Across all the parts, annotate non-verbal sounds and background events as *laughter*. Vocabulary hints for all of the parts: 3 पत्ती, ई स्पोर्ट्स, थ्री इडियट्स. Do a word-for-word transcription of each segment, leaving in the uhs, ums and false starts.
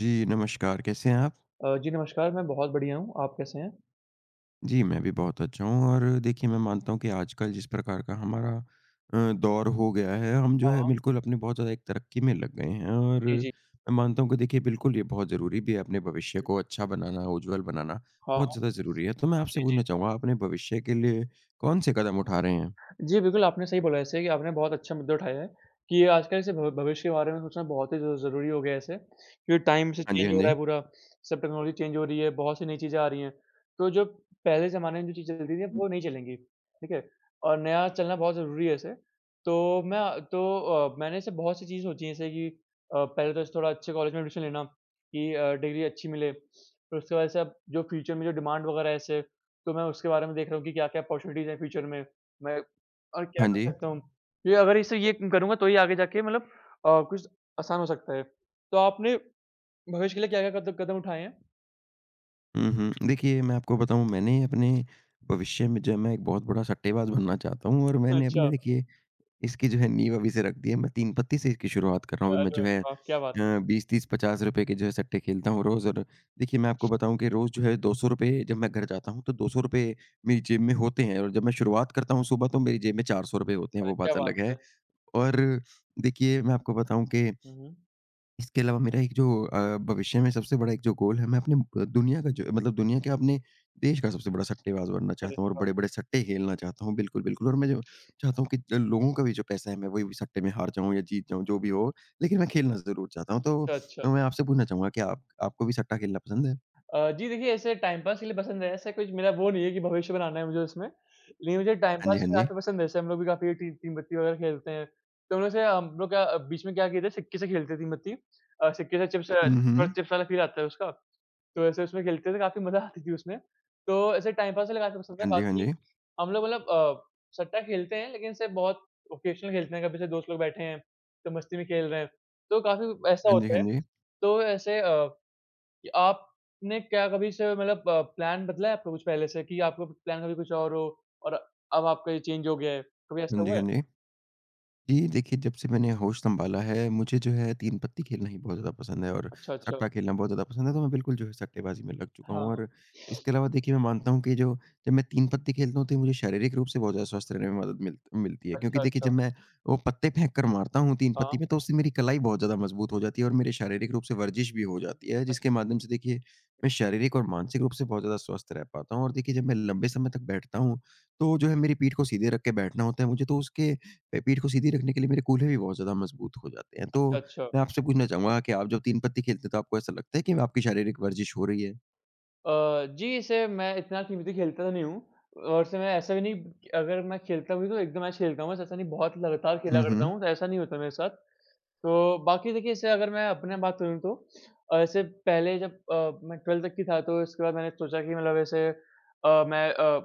जी, नमस्कार, कैसे हैं आप? अ, जी नमस्कार, मैं बहुत बढ़िया हूँ, आप कैसे हैं? जी, मैं भी बहुत अच्छा हूँ और देखिए मैं मानता हूँ कि आजकल जिस प्रकार का हमारा अ, दौर हो गया है, हम जो हाँ, है हाँ। बिल्कुल अपने बहुत ज़्यादा एक तरक्की में लग गए हैं और जी, जी। मैं मानता हूँ कि देखिए बिल्कुल ये बहुत ज़रूरी भी है अपने भविष्य को अच्छा बनाना, उज्ज्वल बनाना, हाँ, बहुत हाँ। ज़्यादा ज़रूरी है। तो मैं आपसे जी, जी। पूछना चाहूँगा आप अपने भविष्य के लिए कौन-से कदम उठा रहे हैं? जी, बिल्कुल, आपने सही बोला ऐसे कि आपने बहुत अच्छा मुद्दा उठाया है कि आजकल ऐसे भव भविष्य के बारे में सोचना बहुत ही ज़ ज़रूरी हो गया है ऐसे क्योंकि टाइम से हाँ जी, चेंज हाँ हो रहा जी। है पूरा, सब टेक्नोलॉजी चेंज हो रही है, बहुत सी नई चीज़ें आ रही हैं। तो जो पहले ज़माने में जो चीज़ें चलती थी, वो नहीं चलेंगी, ठीक है? और नया चलना बहुत ज़रूरी है ऐसे। तो मैं तो अ, मैंने ऐसे बहुत सी चीज़ें सोची हैं जैसे कि अ, पहले तो ऐसे थोड़ा अच्छे कॉलेज में एडमिशन लेना कि अ, डिग्री अच्छी मिले। फिर उसके बाद से अब जो फ्यूचर में जो डिमांड वगैरह है ऐसे, तो मैं उसके बारे में देख रहा हूँ कि क्या-क्या अपॉर्चुनिटीज़ हैं फ्यूचर में। मैं और क्या हाँ कर जी। सकता हूँ? ये अगर इसे ये करूँगा तो ही आगे जाके मतलब अ, कुछ आसान हो सकता है। तो आपने भविष्य के लिए क्या-क्या कद कदम कदम उठाए हैं? हुँ, हुँ। देखिए मैं आपको बताऊँ मैंने अपने भविष्य में जो है मैं एक बहुत बड़ा सट्टेबाज़ बनना चाहता हूँ और मैंने अपने अच्छा। देखिए इसकी जो है नींव अभी से रख दी है। मैं तीन पत्ती से इसकी शुरुआत कर रहा हूँ। अभी मैं अरे जो है अ, वाह! क्या बात है! बीस तीस-पचास रुपए के जो है सट्टे खेलता हूँ रोज़ और देखिए मैं आपको बताऊँ कि रोज़ जो है ₹दो सौ रुपए जब मैं घर जाता हूँ, तो ₹दो सौ रुपए मेरी जेब में होते हैं और जब मैं शुरुआत करता हूँ सुबह तो मेरी जेब में ₹चार सौ रुपए होते हैं, अरे वो क्या बात बात अलग है। है! और देखिए मैं आपको बताऊँ कि हुँ, हुँ। इसके अलावा मेरा एक जो अ, भविष्य में सबसे बड़ा एक जो गोल है, मैं अपने अ, दुनिया का जो मतलब दुनिया क्या अपने देश का सबसे बड़ा सट्टेबाज़ बनना अरे चाहता हूँ और वाह! बड़े-बड़े सट्टे खेलना चाहता हूँ। बिल्कुल, बिल्कुल और मैं जो चाहता हूँ कि ज लोगों का भी जो पैसा है, मैं वही सट्टे में हार जाऊँ या जीत जाऊँ, जो भी हो, लेकिन मैं खेलना ज़रूर चाहता हूँ। तो अच्छा, अच्छा। अ, मैं आपसे पूछना चाहूँगा क्या आप आपको भी सट्टा खेलना पसंद है? अ, जी देखिए ऐसे टाइम पास के लिए पसंद है, ऐसा कुछ मेरा वो नहीं है कि भविष्य बनाना है मुझे उसमें। लेकिन मुझे टाइम हाँ जी, पास हाँ जी। काफ़ी पसंद है, जैसे हम लोग भी काफ़ी टी टीम बत्ती वगैरह खेलते हैं। तो हम लोग से हम लोग क्या बीच में क्या किए थे सिक्के से खेलते थे टीम बत्ती। अ, सिक्के से चिप्स हुँ, हुँ। चिप्स वाला फ़ील आता है उसका। तो ऐसे उसमें खेलते थे, काफ़ी मज़ा आती थी उसमें। तो ऐसे टाइम पास के लिए काफ़ी पसंद है, हाँ जी, हाँ जी। बाकी हम लोग मतलब अ, सट्टा खेलते हैं, लेकिन इसे बहुत ओकेशनल खेलते हैं, कभी ऐसे दोस्त लोग बैठे हैं, तो मस्ती में खेल रहे हैं, तो काफ़ी ऐसा हाँ जी, होता हाँ है। जी। तो ऐसे अ, कि आपने क्या कभी इसे मतलब अ, प्लान बदला है आपका कुछ पहले से कि आपका प्लान कभी कुछ और हो और अब आपका ये चेंज हो गया है, कभी ऐसा हाँ जी, हुआ हाँ है? जी। जी, देखिए जब से मैंने होश सँभाला है, मुझे जो है तीन पत्ती खेलना ही बहुत ज़्यादा पसंद है और अच्छा, अच्छा। सट्टा खेलना बहुत ज़्यादा पसंद है, तो मैं बिल्कुल जो है सट्टेबाज़ी में लग चुका हूँ हाँ, और इसके अलावा देखिए मैं मानता हूँ कि जो जब मैं तीन पत्ती खेलता हूँ, तो ये मुझे शारीरिक रूप से बहुत ज़्यादा स्वस्थ रहने में मदद मिल मिलती है। क्योंकि अच्छा, देखिए जब अच्छा। मैं वो पत्ते फेंक कर मारता हूँ तीन हाँ, पत्ती में, तो उससे मेरी कलाई बहुत ज़्यादा मज़बूत हो जाती है और मेरे शारीरिक रूप से वर्जिश भी हो जाती है, अ जिसके माध्यम से देखिए मैं शारीरिक और मानसिक रूप से बहुत ज़्यादा स्वस्थ रह पाता हूँ और देखिए जब मैं लंबे समय तक बैठता हूँ, तो जो है मेरी पीठ को सीधे रख के बैठना होता है मुझे, तो उसके पे पीठ को सीधी रखने के लिए मेरे कूल्हे भी बहुत ज़्यादा मज़बूत हो जाते हैं। तो अच्छा, अच्छा। मैं आपसे पूछना चाहूँगा कि आप जब तीन पत्ती खेलते हैं तो आपको ऐसा लगता है कि आपकी शारीरिक वर्जिश हो रही है? अ, जी, इसे मैं इतना टीवी तो खेलता तो नहीं हूँ और से मैं ऐसा भी नहीं कि अगर मैं खेलता भी तो एक दो मैच खेलता हूँ बस, ऐसा नहीं बहुत लगातार खेला हुँ, करता हुँ। हूँ, तो ऐसा नहीं होता मेरे साथ। तो बाकी देखिए इससे अगर मैं अपने बात करूँ तो अ, ऐसे पहले जब अ, मैं ट्वेल्थ तक की था तो इसके बाद मैंने सोचा कि मतलब ऐसे अ, मैं अ,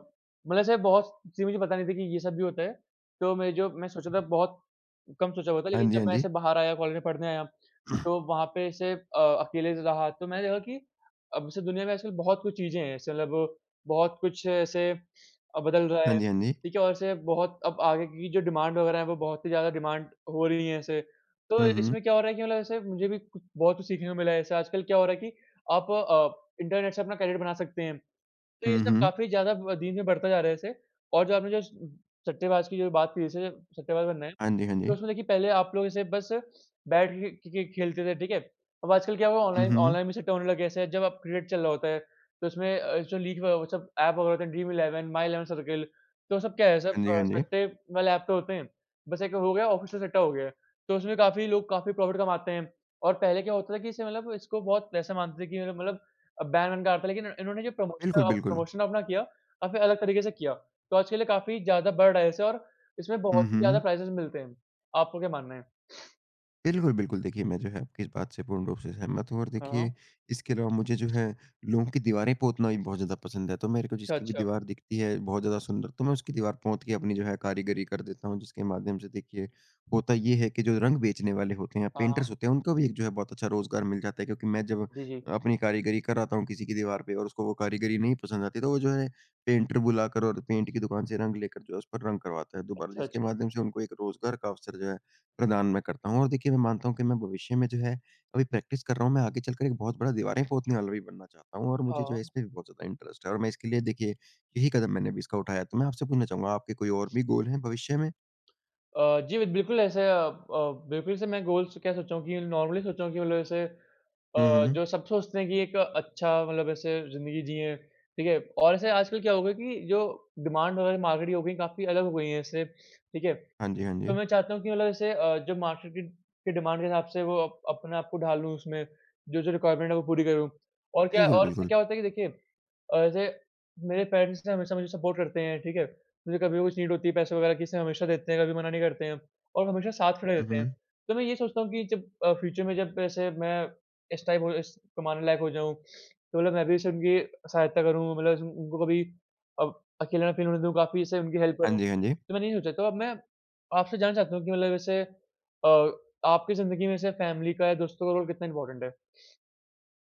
मतलब ऐसे बहुत चीज़ें मुझे पता नहीं थी कि ये सब भी होता है। तो मैं जो मैं सोचा था बहुत कम सोचा हुआ था हाँ लेकिन जी, जब हाँ मैं जी। ऐसे बाहर आया कॉलेज में पढ़ने आया, *clears throat* तो वहाँ पे ऐसे अ, अकेले रहा तो मैंने देखा कि अब जैसे दुनिया में आजकल बहुत कुछ चीज़ें हैं, ऐसे मतलब बहुत कुछ ऐसे अ, बदल रहा हाँ है, जी, हाँ जी। ठीक है? और ऐसे बहुत अब आगे की जो डिमांड वगैरह है, वो बहुत ही ज़्यादा डिमांड हो रही है ऐसे। तो हुँ, हुँ। इसमें क्या हो रहा है कि मतलब ऐसे मुझे भी कुछ बहुत कुछ सीखने को मिला है। ऐसे आजकल क्या हो रहा है कि आप अ, इंटरनेट से अपना करियर बना सकते हैं। तो ये हुँ, सब हुँ। काफ़ी ज़्यादा ब दिन में बढ़ता जा रहा है ऐसे और जो आपने जो स सट्टेबाज़ की जो बात की, जैसे सट्टेबाज़ बनना है। हाँ जी, हाँ तो जी। उसमें देखिए पहले आप लोग ऐसे बस बैठ के के के खेलते थे, ठीक है? अब आजकल क्या हुआ हुँ, ऑनलाइन हुँ। ऑनलाइन भी सेट होने लगे ऐसे जब अब क्रिकेट चल रहा होता है, तो उसमें अ, जो लीग वो सब ऐप वगैरह होते हैं Dream Eleven, My Eleven Circle, तो सब क्या है सब हाँ जी, अ, हाँ जी। सट्टे वाले ऐप तो होते हैं। बस एक हो गया ऑफिशियल सट्टा हो गया। तो उसमें काफ़ी लोग काफ़ी प्रॉफ़िट कमाते हैं और पहले क्या होता था कि इसे मतलब इसको बहुत पैसा मानते थे कि मतलब मतलब अ, बैन वैन का आता है लेकिन इन्होंने जो प्रमोशन बिल्कुल, अ, बिल्कुल। प्रमोशन अपना किया, काफ़ी अलग तरीके से किया। तो आज के लिए काफ़ी ज़्यादा बढ़ रहा है ऐसे और इसमें हुँ, बहुत ही ज़्यादा हुँ। प्राइज़ेज़ मिलते हैं। आपको क्या मानना है? बिल्कुल, बिल्कुल। देखिए, मैं जो है आपकी इस बात से पूर्ण रूप से सहमत हूँ और हाँ। देखिए इसके अलावा मुझे जो है लोगों की दीवारें पोतना भी बहुत ज़्यादा पसंद है। तो मेरे को अच्छा, जिसकी भी अच्छा। दीवार दिखती है बहुत ज़्यादा सुंदर, तो मैं उसकी दीवार पोत के अपनी जो है कारीगरी कर देता हूँ। जिसके माध्यम से देखिए होता ये है कि जो रंग बेचने वाले होते हैं, हाँ। पेंटर्स हाँ, होते हैं, उनको भी एक जो है बहुत अच्छा रोज़गार मिल जाता है। क्योंकि मैं जब जी, जी। अपनी कारीगरी कराता हूँ किसी की दीवार पे और उसको वो कारीगरी नहीं पसंद आती, तो वो जो है पेंटर बुलाकर और पेंट की दुकान से रंग लेकर जो है उस पर रंग करवाता है दोबारा। अच्छा, जिसके अच्छा। माध्यम से उनको एक रोज़गार का अवसर जो है प्रदान मैं करता हूँ और देखिए मैं मानता हूँ कि मैं भविष्य में जो है अभी प्रैक्टिस कर रहा हूँ, मैं आगे चलकर एक बहुत बड़ा दीवारें पोतने वाला भी बनना चाहता हूँ और मुझे जो हाँ। है इसमें भी बहुत ज़्यादा इंटरेस्ट है और मैं इसके लिए देखिए यही कदम मैंने अभी इसका उठाया है। तो मैं आपसे पूछना चाहूँगा आपके कोई और भी गोल हैं भविष्य में? अ, जी, बिल्कुल ऐसे अ अ, बिल्कुल से मैं गोल्स क्या सोचा हूँ कि नॉर्मली सोचा हूँ कि मतलब ऐसे अ, हुँ, हुँ। जो सब सोचते हैं कि एक अच्छा मतलब ऐसे ज़िंदगी जिएँ, ठीक है? और ऐसे आजकल क्या हो गया कि जो डिमांड वगैरह मार्केट की हो गई काफ़ी अलग हो गई है इससे, ठीक है? हाँ जी, हाँ तो जी। मैं चाहता हूँ कि मतलब ऐसे अ, जो मार्केट की की डिमांड के हिसाब से वो अप अपने आप को ढाल लूँ उसमें, जो-जो रिक्वायरमेंट है वो पूरी करूँ। और क्या बिल्कुल, और इससे बिल्कुल। क्या होता है कि देखिए और ऐसे मेरे पेरेंट्स ने हमेशा मुझे सपोर्ट करते हैं, ठीक है? मुझे कभी भी कुछ नीड होती है पैसे वगैरह की से हमेशा देते हैं, कभी मना नहीं करते हैं और हमेशा साथ खड़े हुँ, रहते हैं। हुँ। तो मैं ये सोचता हूँ कि जब अ, फ्यूचर में जब ऐसे मैं इस टाइप हो इस कमाने लायक हो जाऊँ, तो मतलब मैं भी ऐसे उनकी सहायता करूँ मतलब ऐसे उनको कभी अब अकेला ना फील होने दूँ, काफ़ी ऐसे उनकी हेल्प हाँ करूँ। जी, हाँ जी। तो मैंने ये सोचा तो अब मैं आपसे जानना चाहता हूँ कि मतलब ऐसे अ, आपकी ज़िंदगी में ऐसे फैमिली का या दोस्तों का रोल कितना इम्पोर्टेंट है?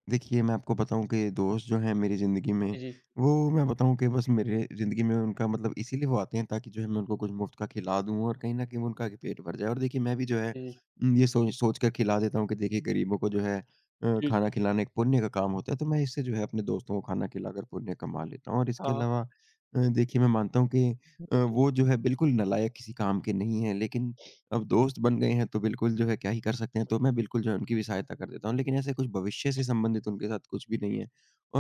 देखिए, मैं आपको बताऊँ कि दोस्त जो हैं मेरी ज़िंदगी में, जी, जी। वो मैं बताऊँ कि बस मेरे ज़िंदगी में उनका मतलब इसीलिए वो आते हैं ताकि जो है मैं उनको कुछ मुफ़्त का खिला दूँ और कहीं न कहीं वो उनका भी पेट भर जाए। और देखिए मैं भी जो है जी, उम, ये सोच सोच कर खिला देता हूँ कि देखिए गरीबों को जो है अ, जी। खाना खिलाना एक पुण्य का काम होता है, तो मैं इससे जो है अपने दोस्तों को खाना खिलाकर पुण्य कमा लेता हूँ। और इसके हाँ, हाँ। अलावा अ, देखिए मैं मानता हूँ कि अ, जी, वो जो है बिल्कुल नालायक किसी काम के नहीं हैं, लेकिन अब दोस्त बन गए हैं तो बिल्कुल जो है क्या ही कर सकते हैं, तो मैं बिल्कुल जो है उनकी भी सहायता कर देता हूँ। लेकिन ऐसे कुछ भविष्य से संबंधित उनके साथ कुछ भी नहीं है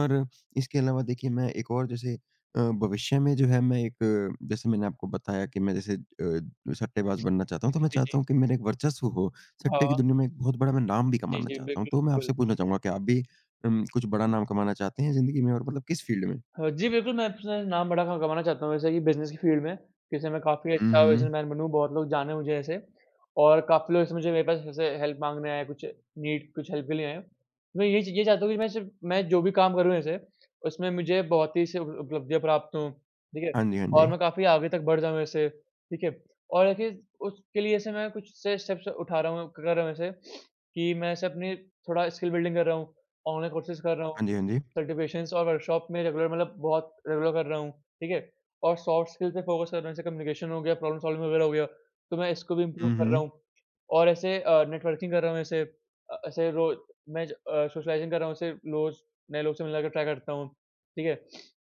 और इसके अलावा देखिए मैं एक और जैसे अ, भविष्य में जो है मैं एक अ, जैसे मैंने आपको बताया कि मैं जैसे अ, सट्टेबाज़ बनना चाहता हूँ, तो मैं जी। चाहता हूँ कि मेरा एक वर्चस्व हो, सट्टे की हाँ। दुनिया में एक बहुत बड़ा मैं नाम भी जी, कमाना जी, चाहता हूँ। बिल्कुल, तो मैं बिल्कुल। आपसे पूछना चाहूँगा क्या आप भी उम, कुछ बड़ा नाम कमाना चाहते हैं ज़िंदगी में और मतलब किस फ़ील्ड में? अ, जी, बिल्कुल, मैं अपना नाम बड़ा क कमाना चाहता हूँ ऐसे कि बिज़नेस की फ़ील्ड में, जैसे मैं काफ़ी हुँ, अच्छा हुँ। बिज़नेसमैन बनूँ, बहुत लोग जाने मुझे ऐसे और काफ़ी लोग ऐसे मुझे मेरे पास ऐसे हेल्प माँगने आए, कुछ नीड कुछ हेल्प के लिए आए हैं। मैं ये च ये चाहता हूँ कि मैं सिर्फ़ मैं जो भी काम करूँ ऐसे, उसमें मुझे बहुत ही से उप उपलब्धियाँ प्राप्त हों, ठीक है? हाँ जी, हाँ और जी। मैं काफ़ी आगे तक बढ़ जाऊँ ऐसे, ठीक है? और देखिए, उसके लिए ऐसे मैं कुछ से स्टेप्स उठा रहा हूँ कर रहा हूँ ऐसे कि मैं ऐसे अपनी थोड़ा स्किल बिल्डिंग कर रहा हूँ, ऑनलाइन कोर्सेज़ कर रहा हूँ। हाँ जी, हाँ जी। सर्टिफ़िकेशंस और वर्कशॉप में रेगुलर मतलब बहुत रेगुलर कर रहा हूँ, ठीक है? और सॉफ्ट स्किल पे फोकस कर रहा हूँ, जैसे कम्युनिकेशन हो गया, प्रॉब्लम सॉल्विंग वगैरह हो गया, तो मैं इसको भी इम्प्रूव हुँ, कर हुँ। रहा हूँ। और ऐसे अ, नेटवर्किंग कर रहा हूँ ऐसे अ, ऐसे रो मैं ज अ, सोशलाइज़िंग कर रहा हूँ, ऐसे रोज़ नए लोग से मिलने का ट्राई करता हूँ, ठीक है?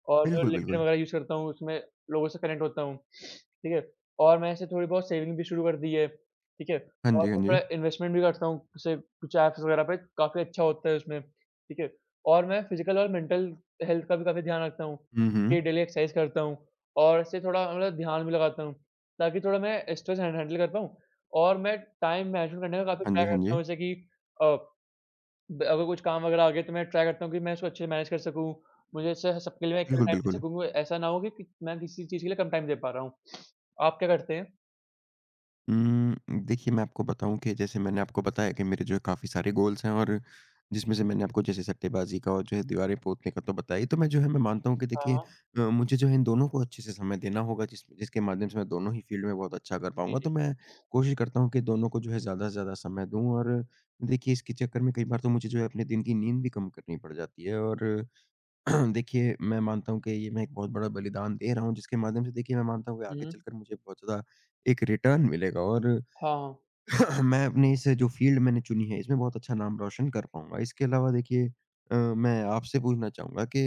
और जो बिल्कुल, लिंक्डइन बिल्कुल। वगैरह यूज़ करता हूँ, उसमें लोगों से कनेक्ट होता हूँ, ठीक है? और मैं ऐसे थोड़ी बहुत सेविंग भी शुरू कर दी है, ठीक है? हाँ और जी, हाँ मैं जी। थोड़ा इन्वेस्टमेंट भी करता हूँ, जैसे कुछ ऐप्स वगैरह पे काफ़ी अच्छा होता है उसमें, ठीक है? और मैं फिज़िकल और मेंटल हेल्थ का भी काफ़ी ध्यान रखता हूँ, हुँ, हुँ। कि डेली एक्सरसाइज करता हूँ और इससे थोड़ा मतलब ध्यान भी लगाता हूँ, ताकि थोड़ा मैं स्ट्रेस हैंड हैंडल कर पाऊँ और मैं टाइम मैनेजमेंट करने का काफ़ी हाँ जी, ट्राई हाँ करता जी। हूँ जैसे कि अ, ब अगर कुछ काम वगैरह आ गया तो मैं ट्राई करता हूँ कि मैं इसको अच्छे से मैनेज कर सकूँ, मुझे इससे सबके लिए मैं इक्वल बिल्कुल, टाइम दे बिल्कुल। सकूँ, ऐसा ना हो कि कि मैं किसी चीज़ के लिए कम टाइम दे पा रहा हूँ। आप क्या करते हैं? उम, देखिए मैं आपको बताऊँ कि जैसे मैंने आपको बताया कि मेरे जो है काफ़ी सारे गोल्स हैं और जिसमें से मैंने आपको जैसे सट्टेबाज़ी का और जो है दीवारें पोतने का तो बताया ही। तो मैं जो है मैं मानता हूँ कि हाँ, देखिए हाँ। अ, मुझे जो है इन दोनों को अच्छे से समय देना होगा जिस जिसके माध्यम से मैं दोनों ही फ़ील्ड में बहुत अच्छा कर जी, पाऊँगा। तो जी। मैं कोशिश करता हूँ कि दोनों को जो है ज़्यादा से ज़्यादा समय दूँ और देखिए इसके चक्कर में कई बार तो मुझे जो है अपने दिन की नींद भी कम करनी पड़ जाती है और *clears throat* देखिए, मैं मानता हूँ कि ये मैं एक बहुत बड़ा बलिदान दे रहा हूँ, जिसके माध्यम से देखिए मैं मानता हूँ कि हुँ, आगे हुँ। चलकर मुझे बहुत ज़्यादा एक रिटर्न मिलेगा और हाँ, हाँ। *clears throat* मैं अपनी इस जो फ़ील्ड मैंने चुनी है, इसमें बहुत अच्छा नाम रोशन कर पाऊँगा। इसके अलावा देखिए अ, मैं आपसे पूछना चाहूँगा कि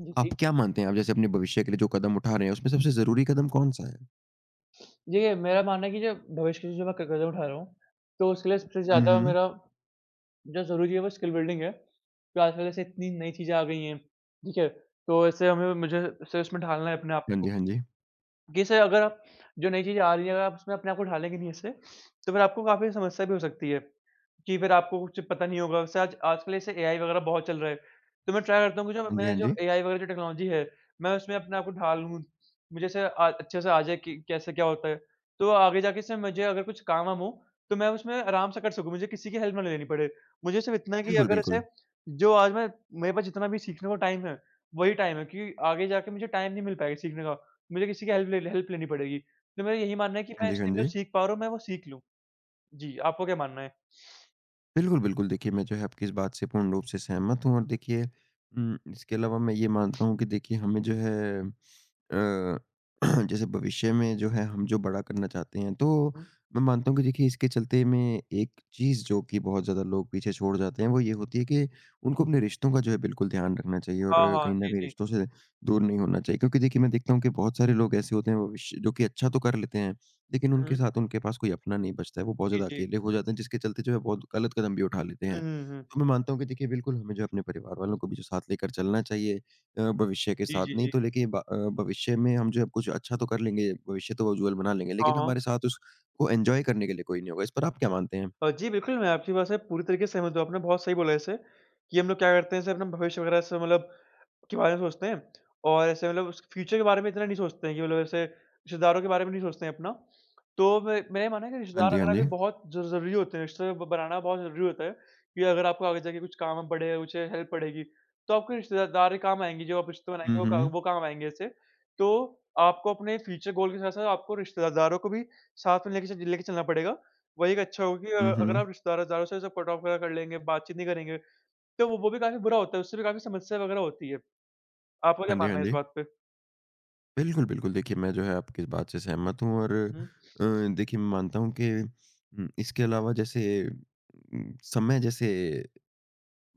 जी, आप जी। क्या मानते हैं, आप जैसे अपने भविष्य के लिए जो कदम उठा रहे हैं, उसमें सबसे ज़रूरी कदम कौन-सा है? देखिए मेरा मानना है कि जो भविष्य के लिए जो मैं क कदम उठा रहा हूँ, तो उसके लिए सबसे हुँ, ज़्यादा हुँ। मेरा जो ज़रूरी है वो स्किल बिल्डिंग है। तो आजकल ऐसे इतनी नई चीज़ें आ गई हैं, ठीक है? तो ऐसे हमें मुझे ऐसे उसमें ढालना है अपने आप हाँ जी, को। हाँ जी। जैसे अगर आप जो नई चीज़ें आ रही हैं अगर आप उसमें अपने आप को ढालेंगे नहीं ऐसे, तो फिर आपको काफ़ी समस्या भी हो सकती है। कि फिर आपको कुछ पता नहीं होगा। वैसे आज आजकल ऐसे एआई वगैरह बहुत चल रहा है, तो मैं ट्राई करता हूँ कि जो हाँ जी, मैं हाँ जो जी। एआई वगैरह जो टेक्नोलॉजी है, मैं उसमें अपने आप को ढाल लूँ। मुझे ऐसे अ, अच्छे से आ जाए कि कैसे क्या होता है। तो आगे जाके इससे मुझे अगर कुछ काम वाम हो, तो मैं उसमें आराम से कर सकूँ, मुझे किसी की हेल्प ना लेनी पड़े। मुझे सिर्फ़ इतना है कि बिल्कुल, अगर ऐसे बिल्कुल। जो आज मैं मेरे पास जितना भी सीखने को टाइम है, वही टाइम है क्योंकि आगे जाके मुझे टाइम नहीं मिल पाएगा सीखने का। मुझे किसी की हेल्प ले हेल्प लेनी पड़ेगी। तो मेरा यही मानना है कि हाँ मैं जी, इस हाँ टाइम जो जी। सीख पा रहा हूँ, मैं वो सीख लूँ। जी, आपको क्या मानना बिल्कुल, बिल्कुल, देखिए मैं जो है आपकी इस बात से पूर्ण रूप से सहमत हूँ और देखिए उम, इसके अलावा मैं ये मानता हूँ कि देखिए हमें जो है अ, *clears throat* जैसे भविष्य में जो है हम जो बड़ा करना चाहते हैं तो है? मैं मानता हूँ कि देखिए इसके चलते में एक चीज़ जो कि बहुत ज़्यादा लोग पीछे छोड़ जाते हैं वो ये होती है कि उनको अपने रिश्तों का जो है बिल्कुल ध्यान रखना चाहिए और हाँ, हाँ। कहीं ना जी, कहीं जी। रिश्तों से दूर नहीं होना चाहिए क्योंकि देखिए मैं देखता हूँ कि बहुत सारे लोग ऐसे होते हैं भविष्य जो कि अच्छा तो कर लेते हैं लेकिन हुँ, उनके हुँ। साथ उनके पास कोई अपना नहीं बचता है वो बहुत जी, ज़्यादा जी। अकेले हो जाते हैं जिसके चलते जो है बहुत गलत कदम भी उठा लेते हुँ, हैं हुँ, हुँ। तो मैं मानता हूँ कि देखिए बिल्कुल हमें जो है अपने परिवार वालों को भी जो साथ लेकर चलना चाहिए अ, भविष्य के जी, साथ। जी, नहीं जी। तो लेकिन ब अ, भविष्य में हम जो है कुछ अच्छा तो कर लेंगे, भविष्य तो उज्ज्वल बना लेंगे, हाँ, लेकिन हाँ। हमारे साथ उसको एन्जॉय करने के लिए कोई नहीं होगा। इस पर आप क्या मानते हैं? अ, जी, बिल्कुल, मैं आपकी बात से पूरी तरीके से सहमत हूँ। आपने बहुत सही बोला ऐसे कि हम लोग क्या करते हैं जैसे अपना भविष्य वगैरह से मतलब के बारे में सोचते हैं और ऐसे मतलब उस फ्यूचर के बारे में इतना नहीं सोचते हैं कि मतलब ऐसे रिश्तेदारों के बारे में नहीं सोचते हैं अपना। तो मैं मैंने माना है कि हाँ रिश्तेदार जी, हाँ वगैरह भी जी। बहुत ज़ ज़रूरी होते हैं, रिश्ते ब बनाना बहुत ज़रूरी होता है कि अगर आपको आगे जाके कुछ काम में पड़े, कुछ हेल्प पड़ेगी, तो आपके रिश्तेदार ही काम आएँगे, जो आप रिश्ते बनाएँगे हुँ, वो का हुँ। वो काम आएँगे ऐसे। तो आपको अपने फ्यूचर गोल के साथ-साथ आपको रिश्तेदारों को भी साथ में लेके च लेके चलना पड़ेगा। वही एक अच्छा होगा कि अ, हुँ, अगर हुँ। आप रिश्तेदारों-वश्तेदारों से सब कट ऑफ वगैरह कर लेंगे, बातचीत नहीं करेंगे, तो वो वो भी काफ़ी बुरा होता है, उससे भी काफ़ी समस्या वगैरह होती है। आपका हाँ क्या जी, हाँ मानना है इस जी। बात पे? बिल्कुल, बिल्कुल। देखिए, मैं जो है आपकी इस बात से सहमत हूँ और हुँ, अ, देखिए मैं मानता हूँ कि उम, इसके अलावा जैसे उम, समय जैसे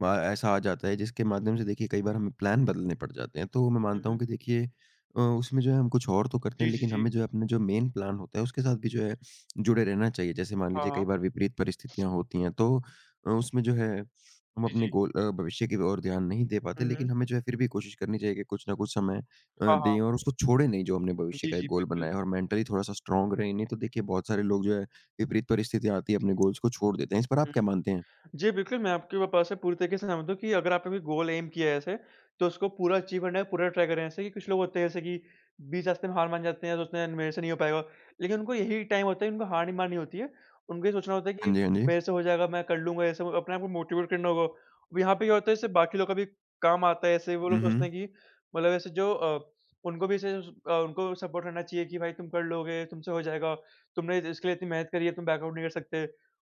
अ, ऐसा आ जाता है जिसके माध्यम से देखिए कई बार हमें प्लान बदलने पड़ जाते हैं। तो मैं हुँ, मानता हूँ हुँ। कि देखिए अ, उसमें जो है हम कुछ और तो करते जी, हैं जी, लेकिन जी। हमें जो है अपना जो मेन प्लान होता है उसके साथ भी जो है जुड़े रहना चाहिए। जैसे मान हाँ, लीजिए कई हाँ। बार विपरीत परिस्थितियाँ होती हैं तो अ, उसमें जो है हम जी, अपने जी। गोल अ, भविष्य की ओर ध्यान नहीं दे पाते हुँ, हुँ। लेकिन हमें जो है फिर भी कोशिश करनी चाहिए कि कुछ न कुछ समय अ, हाँ, दें हाँ। और उसको छोड़े नहीं जो हमने भविष्य जी, का एक जी, गोल बिल्कुल। बनाया है और मेंटली थोड़ा-सा स्ट्रॉन्ग रहें। नहीं तो देखिए बहुत सारे लोग जो है विपरीत परिस्थितियाँ आती है अपने गोल्स को छोड़ देते हैं। इस पर आप हुँ। क्या मानते हैं? जी, बिल्कुल, मैं आपकी ब बात से पूरी तरीके से सहमत हूँ कि अगर आपने कोई गोल एम किया है ऐसे, तो उसको पूरा अचीव करना है, पूरा ट्राई करें। जैसे कि कुछ लोग होते हैं जैसे कि बीच रास्ते में हार मान जाते हैं, सोचते हैं मेरे से नहीं हो पाएगा। लेकिन उनको यही टाइम होता है, उनको हार नहीं माननी होती है। उनको ये सोचना होता है कि हाँ जी, हाँ जी। मेरे से हो जाएगा, मैं कर लूँगा, ऐसे अपने आप को मोटिवेट करना होगा। अब यहाँ पे क्या होता है इससे बाकी लोग का भी काम आता है, ऐसे वो लोग हुँ, सोचते हुँ। हैं कि मतलब ऐसे जो अ, उनको भी ऐसे अ, उनको सपोर्ट करना चाहिए कि भाई तुम कर लोगे, तुमसे हो जाएगा, तुमने इसके लिए इतनी मेहनत करी है, तुम बैकआउट नहीं कर सकते।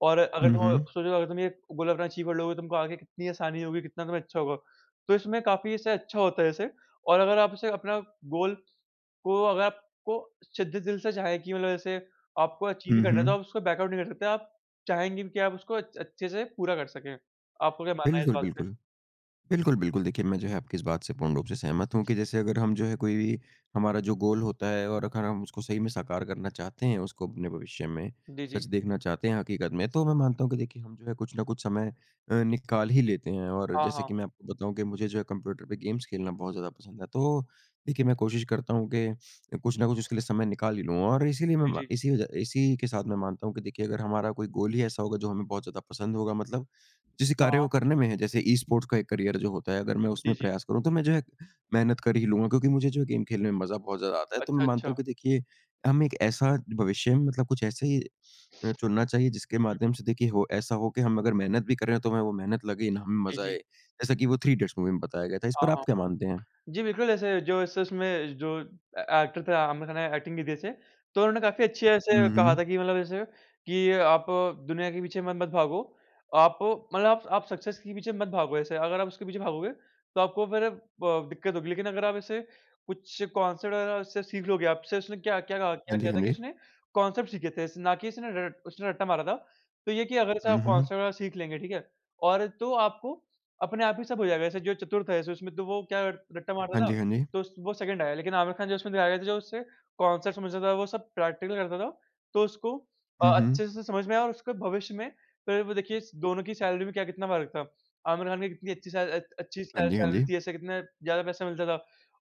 और अगर हुँ, तुम हुँ। सोचो अगर तुम ये गोल अपना अचीव कर लोगे, तुमको आगे कितनी आसानी होगी, कितना तुम्हें अच्छा होगा। तो इसमें काफ़ी इससे अच्छा होता है इसे। और अगर आप इसे अपना गोल को अगर आपको सिद्धे दिल से चाहें कि मतलब जैसे आपको अचीव ही हुँ, करना है, तो हुँ। आप उसको बैक आउट नहीं कर सकते। आप चाहेंगे भी कि आप उसको अच्छ अच्छे से पूरा कर सकें। आपको क्या मानना है इस बिल्कुल, बात पे? बिल्कुल। बिल्कुल, बिल्कुल देखिए मैं जो है आपकी इस बात से पूर्ण रूप से सहमत हूँ कि जैसे अगर हम जो है कोई भी हमारा जो गोल होता है हुँ, और हुँ। अगर हम उसको सही में साकार करना चाहते हैं, उसको अपने भविष्य में जी, सच जी। देखना चाहते हैं हकीकत में, तो मैं मानता हूँ कि देखिए हम जो है कुछ न कुछ समय अ, निकाल ही लेते हैं और हाँ, जैसे कि हाँ। मैं आपको बताऊँ कि मुझे जो है कंप्यूटर पे गेम्स खेलना बहुत ज़्यादा पसंद है। तो देखिए मैं कोशिश करता हूँ कि कुछ न कुछ उसके लिए समय निकाल ही लूँ और इसीलिए जी, मैं जी। इसी वजह इसी के साथ मैं मानता हूँ कि देखिए अगर हमारा कोई गोल ही ऐसा होगा जो हमें बहुत ज़्यादा पसंद होगा मतलब जिस हाँ, कार्य को हाँ। करने में है, जैसे ई स्पोर्ट्स का एक करियर जो होता है, अगर मैं जी, उसमें जी। प्रयास करूँ, तो मैं जो है मेहनत कर ही लूँगा क्योंकि मुझे जो है गेम खेलने में मज़ा बहुत ज़्यादा आता है। तो मैं अच्छा, मानता अच्छा। हूँ कि देखिए, हम एक ऐसा भविष्य में मतलब कुछ ऐसे ही अ, चुनना चाहिए हुँ, जिसके हुँ। माध्यम से देखिए हो ऐसा हो कि हम अगर मेहनत भी कर रहे हैं, तो हमें वो मेहनत लगे ही ना, हमें जी, मज़ा जी। आए। जैसा कि वो थ्री इडियट्स मूवी में बताया गया था। इस हाँ, पर आप हाँ। क्या मानते हैं? जी, बिल्कुल, ऐसे जो इस उसमें जो ए एक्टर थे आमिर खान ने एक्टिंग की थी ऐसे, तो उन्होंने काफ़ी अच्छे ऐसे हुँ, कहा हुँ। था कि मतलब ऐसे कि आप दुनिया के पीछे मत मत भागो। आप मतलब आप आप सक्सेस के पीछे मत भागो ऐसे, अगर आप उसके पीछे भागोगे, तो आपको फिर ब दिक्कत होगी। लेकिन अगर आप ऐसे कुछ कॉन्सेप्ट वगैरह उससे सीख लोगे, आपसे उसने क्या क्या कहा हाँ क्या जी, किया हाँ था कि जी। उसने कॉन्सेप्ट सीखे थे, ऐसे ना कि इसने रट उसने रट्टा मारा था। तो ये कि अगर से हुँ, आप हुँ। कॉन्सेप्ट वगैरह सीख लेंगे, ठीक है? और तो आपको अपने आप ही सब हो जाएगा, जैसे जो चतुर्थ है, सो उसमें तो वो क्या रट्टा मारता हाँ था, जी, हाँ जी। तो उस वो सेकंड आया, लेकिन आमिर खान जो उसमें दिखाया गया था, जो उससे कॉन्सेप्ट समझता था, वो सब प्रैक्टिकल करता था, तो उसको अ, हुँ, हुँ। अच्छे से समझ में आया और उसके भविष्य में फिर वो देखिए इस दोनों की सैलरी में क्या कितना फ़र्क था। आमिर खान की कितनी अच्छी सैल अ, अच्छी हाँ सैल जी, हाँ सैलरी जी। थी, ऐसे कितने ज़्यादा पैसा मिलता था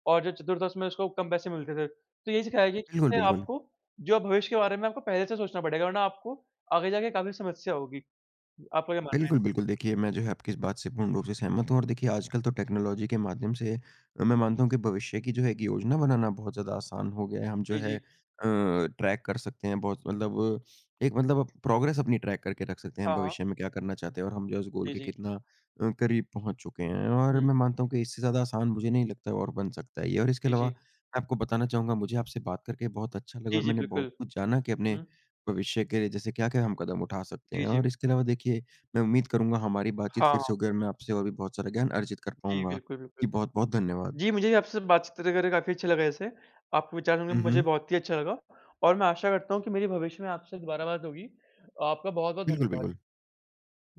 और जो चतुर्थ था, उसमें उसको कम पैसे मिलते थे। तो यही सिखाया गया कि बिल्कुल, इससे बिल्कुल। आपको जो भविष्य के बारे में आपको पहले से सोचना पड़ेगा, वरना आपको आगे जाके काफ़ी समस्या होगी। आपका क्या मानना बिल्कुल, बिल्कुल। देखिए, मैं जो है आपकी इस बात से पूर्ण रूप से सहमत हूँ और देखिए आजकल तो टेक्नोलॉजी के माध्यम से अ, मैं मानता हूँ कि भविष्य की जो है एक योजना बनाना बहुत ज़्यादा आसान हो गया है। हम जो है? है जी, जी। अ, ट्रैक कर सकते हैं बहुत मतलब एक मतलब प्रोग्रेस अपनी ट्रैक करके रख सकते हैं, हाँ, हाँ। भविष्य में क्या करना चाहते हैं और हम जो है उस गोल जी, के जी। कितना अ, करीब पहुँच चुके हैं और हुँ। मैं मानता हूँ कि इससे ज़्यादा आसान मुझे नहीं लगता और बन सकता है ये और इसके जी, अलावा जी। मैं आपको बताना चाहूँगा, मुझे आपसे बात करके बहुत अच्छा लगा जी, और जी, मैंने बहुत बिल्कुल। कुछ जाना कि अपने हुँ। भविष्य के लिए जैसे क्या-क्या हम कदम उठा सकते जी, हैं जी। और इसके अलावा देखिए मैं उम्मीद करूँगा हमारी बातचीत हाँ, फिर से हाँ। होगी और मैं आपसे और भी बहुत सारा ज्ञान अर्जित कर जी, पाऊँगा। बिल्कुल, बिल्कुल। जी बहुत-बहुत धन्यवाद। जी, मुझे भी आपसे बातचीत करके काफ़ी अच्छा लगा वैसे। आपके विचार सुनके हुँ, मुझे हुँ। बहुत ही अच्छा लगा और मैं आशा करता हूँ कि मेरी भविष्य में आपसे दोबारा बात होगी। आपका बहुत-बहुत बिल्कुल, धन्यवाद। बिल्कुल।